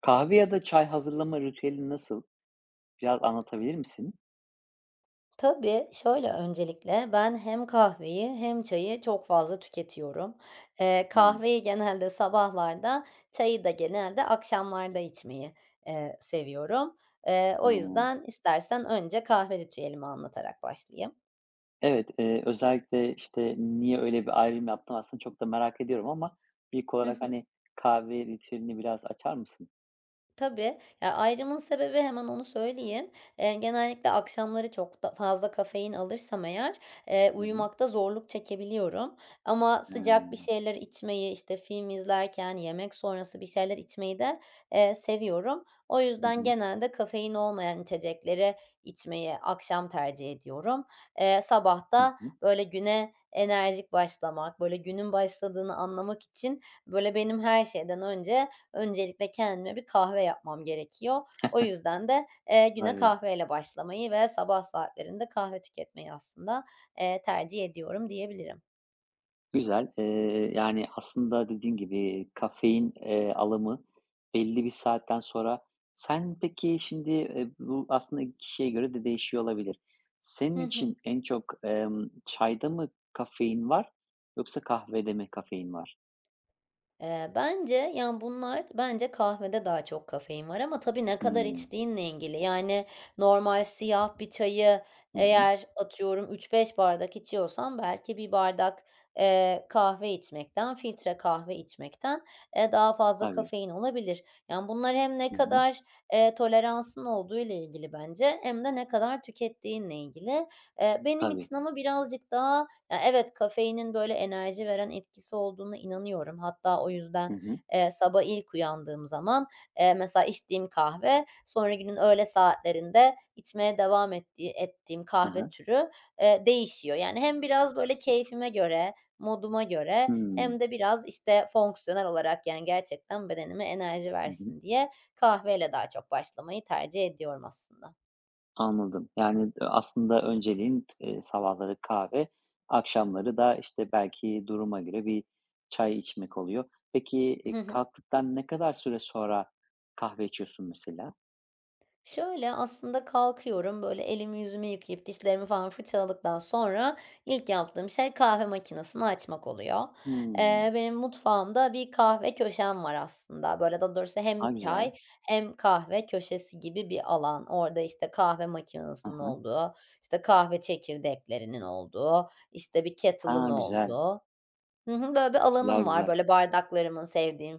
Kahve ya da çay hazırlama ritüelin nasıl? Biraz anlatabilir misin? Tabii, şöyle öncelikle ben hem kahveyi hem çayı çok fazla tüketiyorum. Eee, Hımm. kahveyi genelde sabahlarda, çayı da genelde akşamlarda içmeyi, seviyorum. O Hıı. yüzden istersen önce kahve ritüelimi anlatarak başlayayım. Evet, özellikle, işte, niye öyle bir ayrım yaptın aslında çok da merak ediyorum ama ilk olarak, hani, kahve ritüelini biraz açar mısın? Tabii. Ya, ayrımın sebebi hemen onu söyleyeyim. Genellikle akşamları çok da fazla kafein alırsam eğer, Hı hı. uyumakta zorluk çekebiliyorum ama sıcak bir Hımm. şeyler içmeyi, işte, film izlerken, yemek sonrası bir şeyler içmeyi de, seviyorum. O Hı yüzden hı. genelde kafein olmayan içecekleri içmeyi akşam tercih ediyorum. Sabah Hı da, hı. böyle, güne enerjik başlamak, böyle, günün başladığını anlamak için, böyle, benim her şeyden önce Öncelikle kendime bir kahve yapmam gerekiyor. O yüzden de, güne Tabii. kahveyle başlamayı ve sabah saatlerinde kahve tüketmeyi aslında, tercih ediyorum diyebilirim. Güzel. Yani, aslında dediğin gibi kafein, alımı belli bir saatten sonra. Sen peki şimdi, bu aslında kişiye göre de değişiyor olabilir. Senin Hı hı. için en çok, çayda mı kafein var yoksa kahvede mi kafein var? Bence, yani, bunlar bence kahvede daha çok kafein var ama tabii ne kadar Hımm. içtiğinle ilgili. Yani, normal siyah bir çayı Hı hı. eğer atıyorum 3-5 bardak içiyorsan belki bir bardak, kahve içmekten, filtre kahve içmekten, daha fazla Tabii. kafein olabilir. Yani, bunlar hem ne Hı hı. kadar, toleransın olduğu ile ilgili bence hem de ne kadar tükettiğinle ilgili. Benim Tabii. için ama birazcık daha, ya, evet, kafeinin, böyle, enerji veren etkisi olduğuna inanıyorum. Hatta o Hı yüzden, hı. Sabah ilk uyandığım zaman, mesela içtiğim kahve, sonra günün öğle saatlerinde içmeye devam ettiğim Hı kahve hı. türü, değişiyor. Yani hem biraz, böyle, keyfime göre, moduma göre Hmm. hem de biraz, işte, fonksiyonel olarak, yani, gerçekten bedenime enerji Hı hı. versin diye kahveyle daha çok başlamayı tercih ediyorum aslında. Anladım. Yani, aslında önceliğin sabahları kahve, akşamları da, işte, belki duruma göre bir çay içmek oluyor. Peki, kalktıktan ne kadar süre sonra kahve içiyorsun mesela? Şöyle, aslında kalkıyorum, böyle, elimi yüzümü yıkayıp dişlerimi falan fırçaladıktan sonra ilk yaptığım şey kahve makinesini açmak oluyor. Hımm. Benim mutfağımda bir kahve köşem var aslında. Böyle, daha doğrusu A, hem çay güzel. hem kahve köşesi gibi bir alan. Orada, işte, kahve Hı makinesinin hı. olduğu, işte, kahve çekirdeklerinin olduğu, işte, bir kettle'ın Ha, güzel. olduğu. Hı hı. Böyle bir Güzel, alanım var. güzel. Böyle bardaklarımın, sevdiğim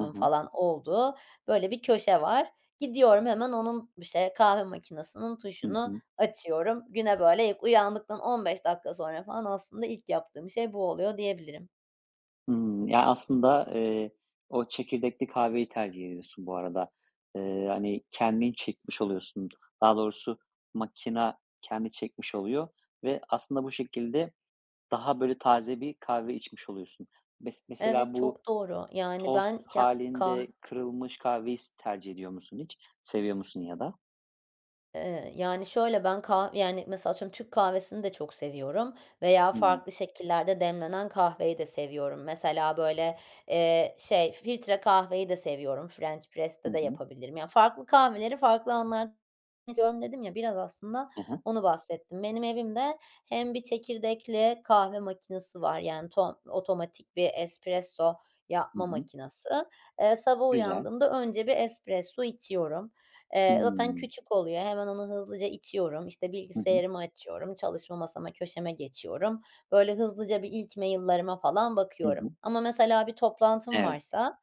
Hı hı. falan olduğu böyle bir köşe var. Gidiyorum hemen onun, işte, kahve makinesinin Hı tuşunu hı. açıyorum. Güne böyle ilk uyandıktan 15 dakika sonra falan aslında ilk yaptığım şey bu oluyor diyebilirim. Hımm. Ya, aslında, o çekirdekli kahveyi tercih ediyorsun bu arada. Hani, kendin çekmiş oluyorsun. Daha doğrusu makina kendi çekmiş oluyor ve aslında bu şekilde daha böyle taze bir kahve içmiş oluyorsun. Evet, Mesela bu çok doğru. Yani toz ben ke kah halinde kırılmış kahveyi tercih ediyor musun hiç? Seviyor musun ya da? Yani, şöyle, ben yani, mesela atıyorum Türk kahvesini de çok seviyorum veya Hımm. farklı şekillerde demlenen kahveyi de seviyorum. Mesela, böyle, şey, filtre kahveyi de seviyorum. French Hı press'te de hı. yapabilirim. Yani farklı kahveleri farklı anlarda dedim ya, biraz aslında Aha. Hı. onu bahsettim. Benim evimde hem bir çekirdekli kahve makinesi var, yani, otomatik bir espresso Hı. yapma makinesi. Sabah Güzel. uyandığımda önce bir espresso içiyorum. Zaten Hımm. küçük oluyor. Hemen onu hızlıca itiyorum. İşte, Hı hı. bilgisayarımı açıyorum, çalışma masama, köşeme geçiyorum. Böyle hızlıca bir ilk mail'lerime falan Hı bakıyorum. hı. Ama mesela bir toplantım Evet. varsa,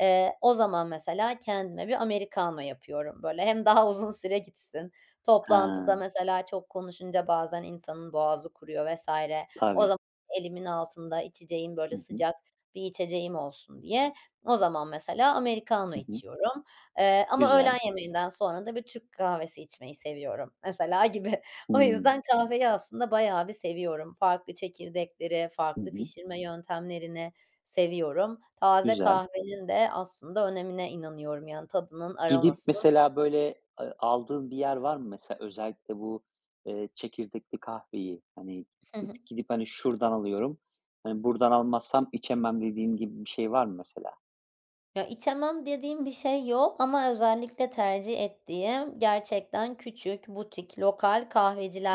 o zaman mesela kendime bir americano yapıyorum, böyle. Hem daha uzun süre gitsin. Ha, Toplantıda mesela çok konuşunca bazen insanın boğazı kuruyor vesaire. O tabii. zaman elimin altında içeceğim, böyle, Hı hı. sıcak bir içeceğim olsun diye o zaman mesela americano Hı hı. içiyorum. Ama Güzel. öğlen yemeğinden sonra da bir Türk kahvesi içmeyi seviyorum mesela gibi. O Hımm. yüzden kahveyi aslında bayağı bir seviyorum. Farklı çekirdekleri, Hı farklı hı. pişirme yöntemlerini seviyorum. Taze Güzel. kahvenin de aslında önemine inanıyorum, yani tadının, Gidip aromasının. mesela, böyle, aldığın bir yer var mı mesela? Özellikle bu, çekirdekli kahveyi, hani, Hı hı. gidip, hani, şuradan alıyorum, hani, buradan almazsam içemem dediğin gibi bir şey var mı mesela? Ya, içemem dediğim bir şey yok ama özellikle tercih ettiğim gerçekten küçük, butik, lokal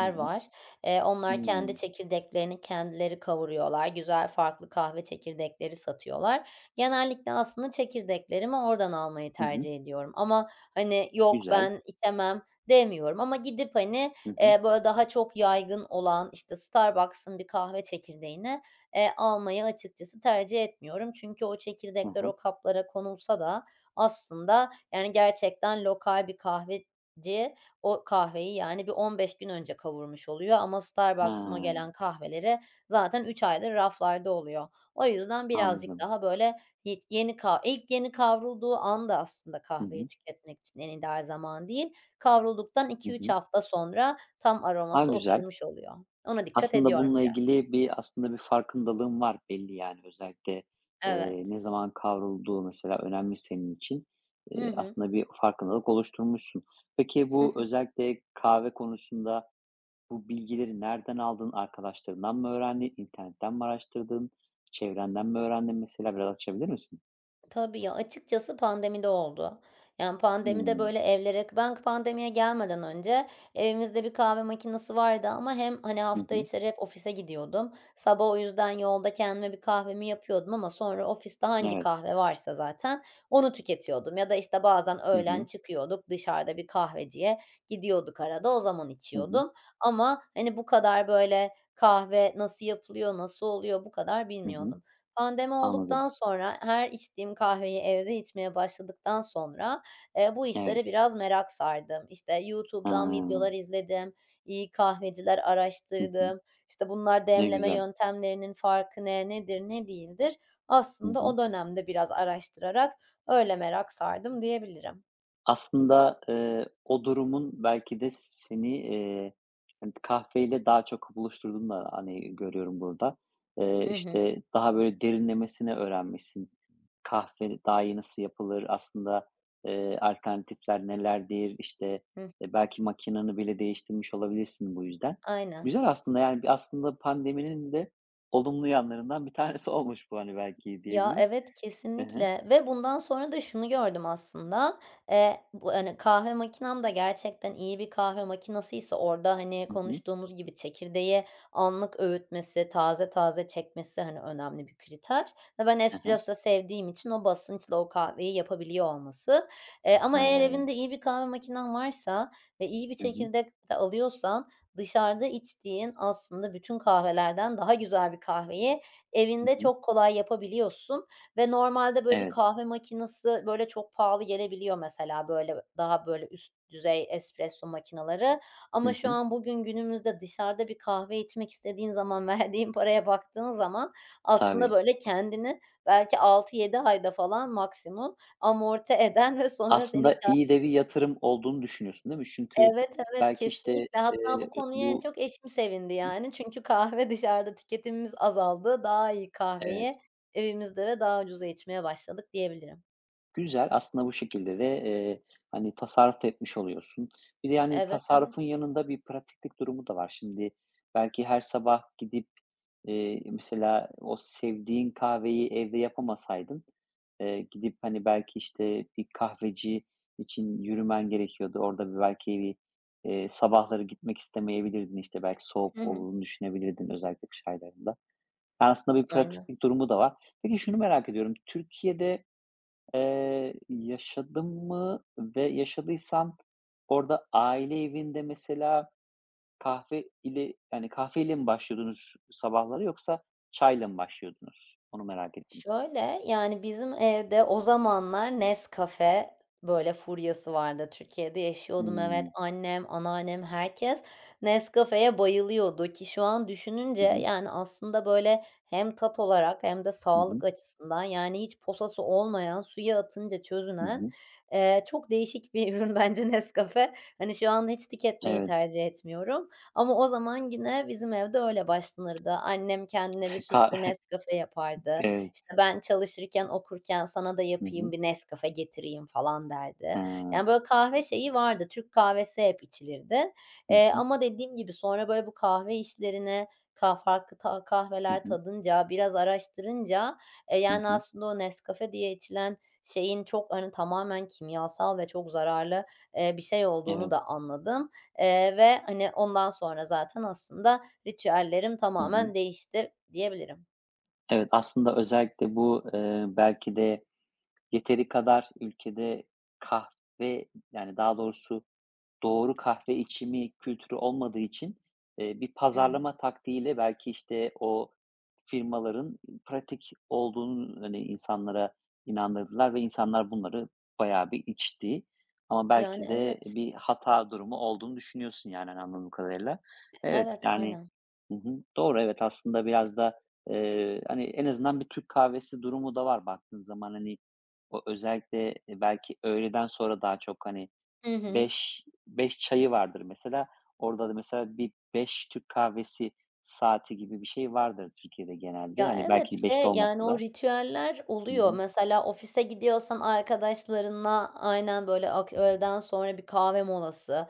Hı hı. var. Onlar kendi Hımm. çekirdeklerini kendileri kavuruyorlar. Güzel, farklı kahve çekirdekleri satıyorlar. Genellikle aslında çekirdeklerimi oradan almayı Hı hı. tercih ediyorum ama, hani, "Yok, Güzel. ben içemem." demiyorum ama gidip, hani, Hı hı. Böyle daha çok yaygın olan, işte, Starbucks'ın bir kahve çekirdeğini almayı açıkçası tercih etmiyorum. Çünkü o Hı çekirdekler hı. o kaplara konulsa da aslında, yani, gerçekten lokal bir kahveci o kahveyi, yani, bir 15 gün önce kavurmuş oluyor ama Ha, Starbucks'ın o gelen kahveleri zaten 3 aydır raflarda oluyor. O yüzden birazcık anladım. daha, böyle, yet yeni ka ilk yeni kavrulduğu anda aslında Hı kahveyi hı. tüketmek için en ideal zaman değil, kavrulduktan Hı iki üç hı. hafta sonra tam A, aroması güzel. oturmuş oluyor. Ona dikkat Aslında ediyorum bununla biraz. ilgili bir farkındalığım var belli yani. Özellikle, Evet. ne zaman kavrulduğu mesela önemli senin için. Hı Eee, hı. aslında bir farkındalık oluşturmuşsun. Peki Hı bu hı. özellikle kahve konusunda bu bilgileri nereden aldın? Arkadaşlarından mı öğrendin? İnternetten mi araştırdın? Çevrenden mi öğrendin mesela? Biraz açabilir misin? Tabii ya, açıkçası pandemide oldu. Yani, pandemide, Hımm. böyle. Ben pandemiye gelmeden önce evimizde bir kahve makinesi vardı ama hem, hani, Hı hafta hı. içleri hep ofise gidiyordum. Sabah o yüzden yolda kendime bir kahvemi yapıyordum ama sonra ofiste hangi Evet. kahve varsa zaten onu tüketiyordum ya da, işte, bazen Hı öğlen hı. çıkıyorduk dışarıda bir kahveciye gidiyorduk arada, o zaman Hı hı. içiyordum ama, hani, bu kadar, böyle, kahve nasıl yapılıyor, nasıl oluyor bu kadar Hı hı. bilmiyordum. Pandemi Anladım. olduktan sonra her içtiğim kahveyi evde içmeye başladıktan sonra, bu Evet. işlere biraz merak sardım. İşte, Ha. YouTube'dan videolar izledim, iyi kahveciler Hı hı. araştırdım. İşte, bunlar Ne demleme güzel. yöntemlerinin farkı ne, nedir, ne değildir? Hı Aslında hı. o dönemde biraz araştırarak öyle merak sardım diyebilirim. Aslında, o durumun belki de seni, hani, kahveyle daha çok buluşturduğunu da, hani, görüyorum burada. Hı hı. İşte, daha böyle derinlemesine öğrenmişsin. Kahve daha iyi nasıl yapılır? Aslında, alternatifler nelerdir? İşte, Hı. Belki makinanı bile değiştirmiş olabilirsin bu yüzden. Aynen. Güzel aslında, yani, bir aslında pandeminin de olumlu yanlarından bir tanesi olmuş bu, hani, belki Ya, diyebiliriz. evet, Hı hı. kesinlikle ve bundan sonra da şunu gördüm aslında, bu, hani, kahve makinem de gerçekten iyi bir kahve makinesiyse orada, hani, Hı hı. konuştuğumuz gibi çekirdeği anlık öğütmesi, taze taze çekmesi, hani, önemli bir kriter ve ben Hı hı. espresso sevdiğim için o basınçla o kahveyi yapabiliyor olması. Ama eğer Hıı. evinde iyi bir kahve makinen varsa ve iyi bir Hı hı. çekirdek de alıyorsan dışarıda içtiğin aslında bütün kahvelerden daha güzel bir kahveyi Hı evinde hı. çok kolay yapabiliyorsun ve normalde böyle bir Evet. kahve makinesi, böyle, çok pahalı gelebiliyor mesela, böyle, daha, böyle, üst düzey espresso makineleri Hı ama şu hı. an bugün günümüzde dışarıda bir kahve içmek istediğin zaman verdiğin paraya baktığın zaman aslında, Tabii. böyle, kendini belki 6-7 ayda falan maksimum amorti eden ve sonra seni. Aslında iyi de bir yatırım olduğunu düşünüyorsun, değil mi? Çünkü Evet, evet, belki, işte, kesinlikle. Hatta eee, bu konuya en bu. çok eşim sevindi, Hı, yani. Çünkü kahve dışarıda tüketimimiz azaldı. Daha iyi kahveyi evet. evimizde ve daha ucuza içmeye başladık diyebilirim. Güzel. Aslında bu şekilde de, hani, tasarruf da etmiş oluyorsun. Bir de, yani, Evet, tasarrufun evet. yanında bir pratiklik durumu da var. Şimdi belki her sabah gidip, mesela o sevdiğin kahveyi evde yapamasaydın, gidip, hani, belki, işte, bir kahveci için yürümen gerekiyordu. Orada bir belki bir, sabahları gitmek istemeyebilirdin. İşte belki Hı soğuk hı. olduğunu düşünebilirdin özellikle kış aylarında. Yani, aslında bir Aynen. pratiklik durumu da var. Peki şunu merak ediyorum. Türkiye'de yaşadım mı ve yaşadıysam orada aile evinde mesela kahve ile yani kahveyle mi başlıyordunuz sabahları yoksa çayla mı başlıyordunuz? Onu merak ettim. Şöyle, yani, bizim evde o zamanlar Nescafe, böyle, furyası vardı. Türkiye'de yaşıyordum, evet. Hımm. Annem, anneannem, herkes Nescafe'ye bayılıyordu ki şu an Hı düşününce, hı. yani, aslında, böyle, hem tat olarak hem de Hı hı. sağlık açısından, yani, hiç posası olmayan, suya atınca Hı çözünen, hı. Çok değişik bir ürün bence Nescafe. Hani, şu anda hiç tüketmeyi Evet. tercih etmiyorum ama o zaman güne bizim evde öyle başlanırdı. Annem kendine bir Ka sütlü Nescafe yapardı. evet. İşte, ben çalışırken, okurken sana da Hı yapayım, hı. bir Nescafe getireyim falan derdi. He. Hı Yani, böyle, kahve şeyi vardı, Türk kahvesi hep içilirdi. hı. Ama dediğim gibi sonra, böyle, bu kahve işlerine farklı Hı kahveler hı. tadınca, biraz araştırınca, Hı yani, hı. aslında o Nescafe diye içilen şeyin çok, hani, tamamen kimyasal ve çok zararlı, bir şey olduğunu Evet. da anladım, ve, hani, ondan sonra zaten aslında ritüellerim Hı hı. tamamen değişti diyebilirim. Evet, aslında özellikle bu, belki de yeteri kadar ülkede kahve yani daha doğrusu doğru kahve içimi kültürü olmadığı için, bir Hı hı. pazarlama taktiğiyle belki, işte, o firmaların pratik olduğunu, hani, insanlara inandırdılar ve insanlar bunları bayağı bir içti. Ama Yani, belki de evet. bir hata durumu olduğunu düşünüyorsun, yani, hani, anladığım kadarıyla. Evet, Evet, yani. aynen. Hı hı. Doğru, evet, aslında biraz da, hani, en azından bir Türk kahvesi durumu da var baktığın zaman. Hani, o özellikle, belki öğleden sonra daha çok, hani, Hı hı. beş çayı vardır mesela. Orada da mesela bir 5 Türk kahvesi saati gibi bir şey vardır Türkiye'de genelde. Ya, Hani evet, belki 5'te şey, yani, olmasa o da. ritüeller Hı oluyor. hı. Mesela ofise gidiyorsan arkadaşlarınla aynen, böyle, öğleden sonra bir kahve molası,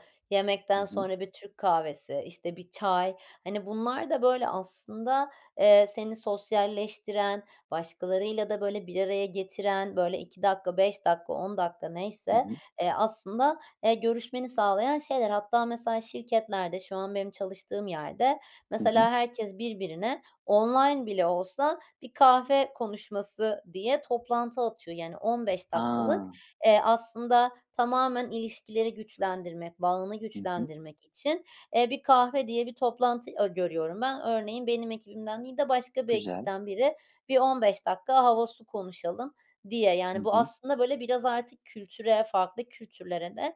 Hı yemekten hı. sonra bir Türk kahvesi, işte, bir çay. Hani, bunlar da, böyle, aslında, seni sosyalleştiren, başkalarıyla da, böyle, bir araya getiren, böyle, 2 dakika, 5 dakika, 10 dakika Hı neyse, hı. Aslında, görüşmeni sağlayan şeyler. Hatta mesela şirketlerde, şu an benim çalıştığım yerde, Hı hı. mesela herkes birbirine online bile olsa bir kahve konuşması diye toplantı atıyor. Yani 15 dakikalık, Ha! Aslında tamamen ilişkileri güçlendirmek, bağını Hı hı. güçlendirmek için, bir kahve diye bir toplantı, görüyorum ben. Örneğin benim ekibimden değil de başka bir Güzel. ekipten biri bir 15 dakika hava su konuşalım diye. Hı Yani bu hı. aslında böyle biraz artık kültüre, farklı kültürlere de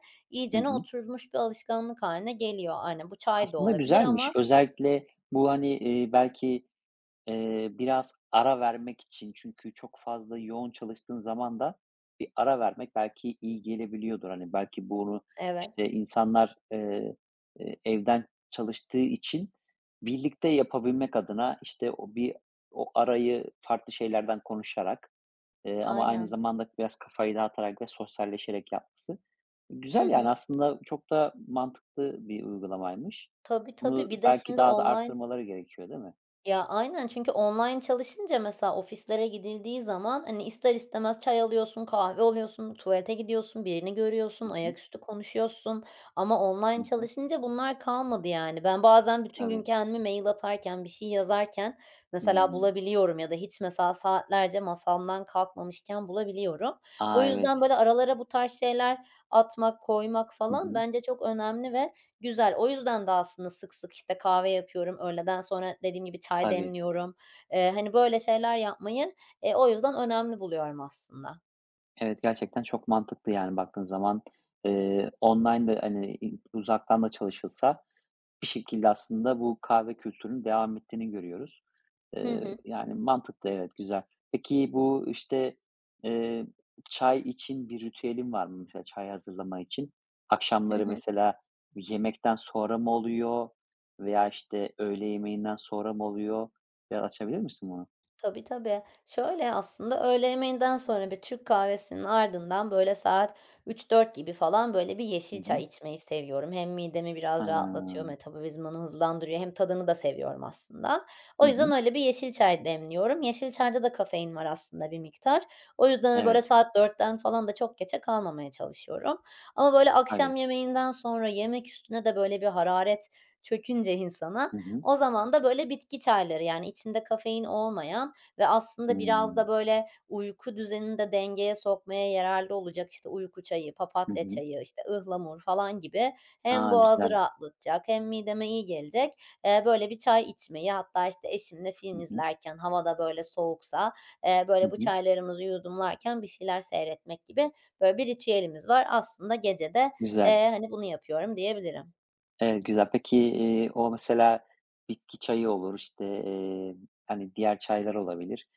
Hı iyicene hı. oturmuş bir alışkanlık haline geliyor. Aynen, bu çay da Aslında olabilir güzelmiş. ama. Özellikle bu, hani, belki biraz ara vermek için çünkü çok fazla yoğun çalıştığın zaman da bir ara vermek belki iyi gelebiliyordur. Hani, belki bunu, işte, Evet, insanlar, evden çalıştığı için birlikte yapabilmek adına, işte, o arayı farklı şeylerden konuşarak, ama aynı aynen. zamanda biraz kafayı dağıtarak ve sosyalleşerek yapması güzel, yani, aslında çok da mantıklı bir uygulamaymış. Tabii, Bunu tabii. Bir de belki şimdi daha da online. arttırmaları gerekiyor, değil mi? Ya, aynen çünkü online çalışınca mesela ofislere gidildiği zaman, hani, ister istemez çay alıyorsun, kahve alıyorsun, tuvalete gidiyorsun, birini görüyorsun, Hı hı. ayaküstü konuşuyorsun ama Hı online hı. çalışınca bunlar kalmadı yani. Ben bazen bütün gün Tabii. kendimi mail atarken, bir şey yazarken mesela Hımm. bulabiliyorum ya da hiç mesela saatlerce masamdan kalkmamışken bulabiliyorum. O A, evet. yüzden böyle aralara bu tarz şeyler atmak, koymak Hı falan hı. bence çok önemli. Güzel. O yüzden de aslında sık sık, işte, kahve yapıyorum. Öğleden sonra dediğim gibi çay Tabii. demliyorum. Hani, böyle şeyler yapmayı, o yüzden önemli buluyorum aslında. Evet, gerçekten çok mantıklı yani baktığın zaman. Online de, hani, uzaktan da çalışılsa bir şekilde aslında bu kahve kültürünün devam ettiğini görüyoruz. Hı Eee, hı. yani mantıklı, evet, güzel. Peki bu, işte, eee, çay için bir ritüelin var mı mesela çay hazırlama için? Hı Akşamları hı. mesela yemekten sonra mı oluyor veya, işte, öğle yemeğinden sonra mı oluyor? Biraz açabilir misin bunu? Tabii, tabii. Şöyle aslında öğle yemeğinden sonra bir Türk kahvesinin ardından, böyle, saat 3-4 gibi falan, böyle, bir Hı yeşil çay hı. içmeyi seviyorum. Hem midemi biraz rahatlatıyor, A! metabolizmamı hızlandırıyor hem tadını da seviyorum aslında. O Hı yüzden hı. öyle bir yeşil çay demliyorum. Yeşil çayda da kafein var aslında bir miktar. O yüzden, hani, böyle, Evet, saat 4'ten falan da çok geçe kalmamaya çalışıyorum. Ama, böyle, akşam tabii. yemeğinden sonra yemek üstüne de, böyle, bir hararet çökünce insana, Hı hı. o zaman da, böyle, bitki çayları, yani, içinde kafein olmayan ve aslında biraz da Hımm. böyle uyku düzenini de dengeye sokmaya yararlı olacak, işte, uyku çayı, Hı papatya hı. çayı, işte, ıhlamur falan gibi hem A, boğazı güzel. rahatlatacak hem mideme iyi gelecek, böyle bir çay içmeyi hatta, işte, eşimle Hı film hı. izlerken hava da böyle soğuksa, Hı böyle bu hı. çaylarımızı yudumlarken bir şeyler seyretmek gibi böyle bir ritüelimiz var. Aslında gece de, Güzel. Hani, bunu yapıyorum diyebilirim. Evet, güzel. Peki, o mesela bitki çayı olur, işte, hani, diğer çaylar olabilir.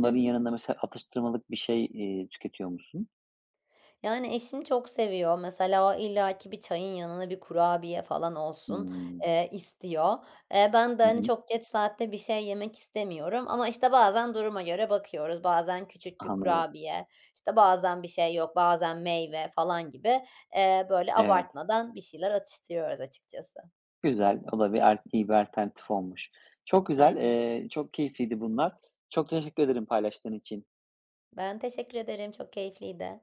Hı hı. yanında mesela atıştırmalık bir şey, tüketiyor musun? Yani, eşim çok seviyor. Mesela o illaki bir çayın yanına bir kurabiye falan olsun, Hımm. İstiyor. Ben de, Hı hani, hı. çok geç saatte bir şey yemek istemiyorum ama, işte, bazen duruma göre bakıyoruz. Bazen küçük bir Anladım. kurabiye, işte, bazen bir şey yok, bazen meyve falan gibi, böyle Evet. abartmadan bir şeyler atıştırıyoruz açıkçası. Güzel. O da bir al iyi bir alternatif olmuş. Çok güzel, Aynen. Çok keyifliydi bunlar. Çok teşekkür ederim paylaştığın için. Ben teşekkür ederim. Çok keyifliydi.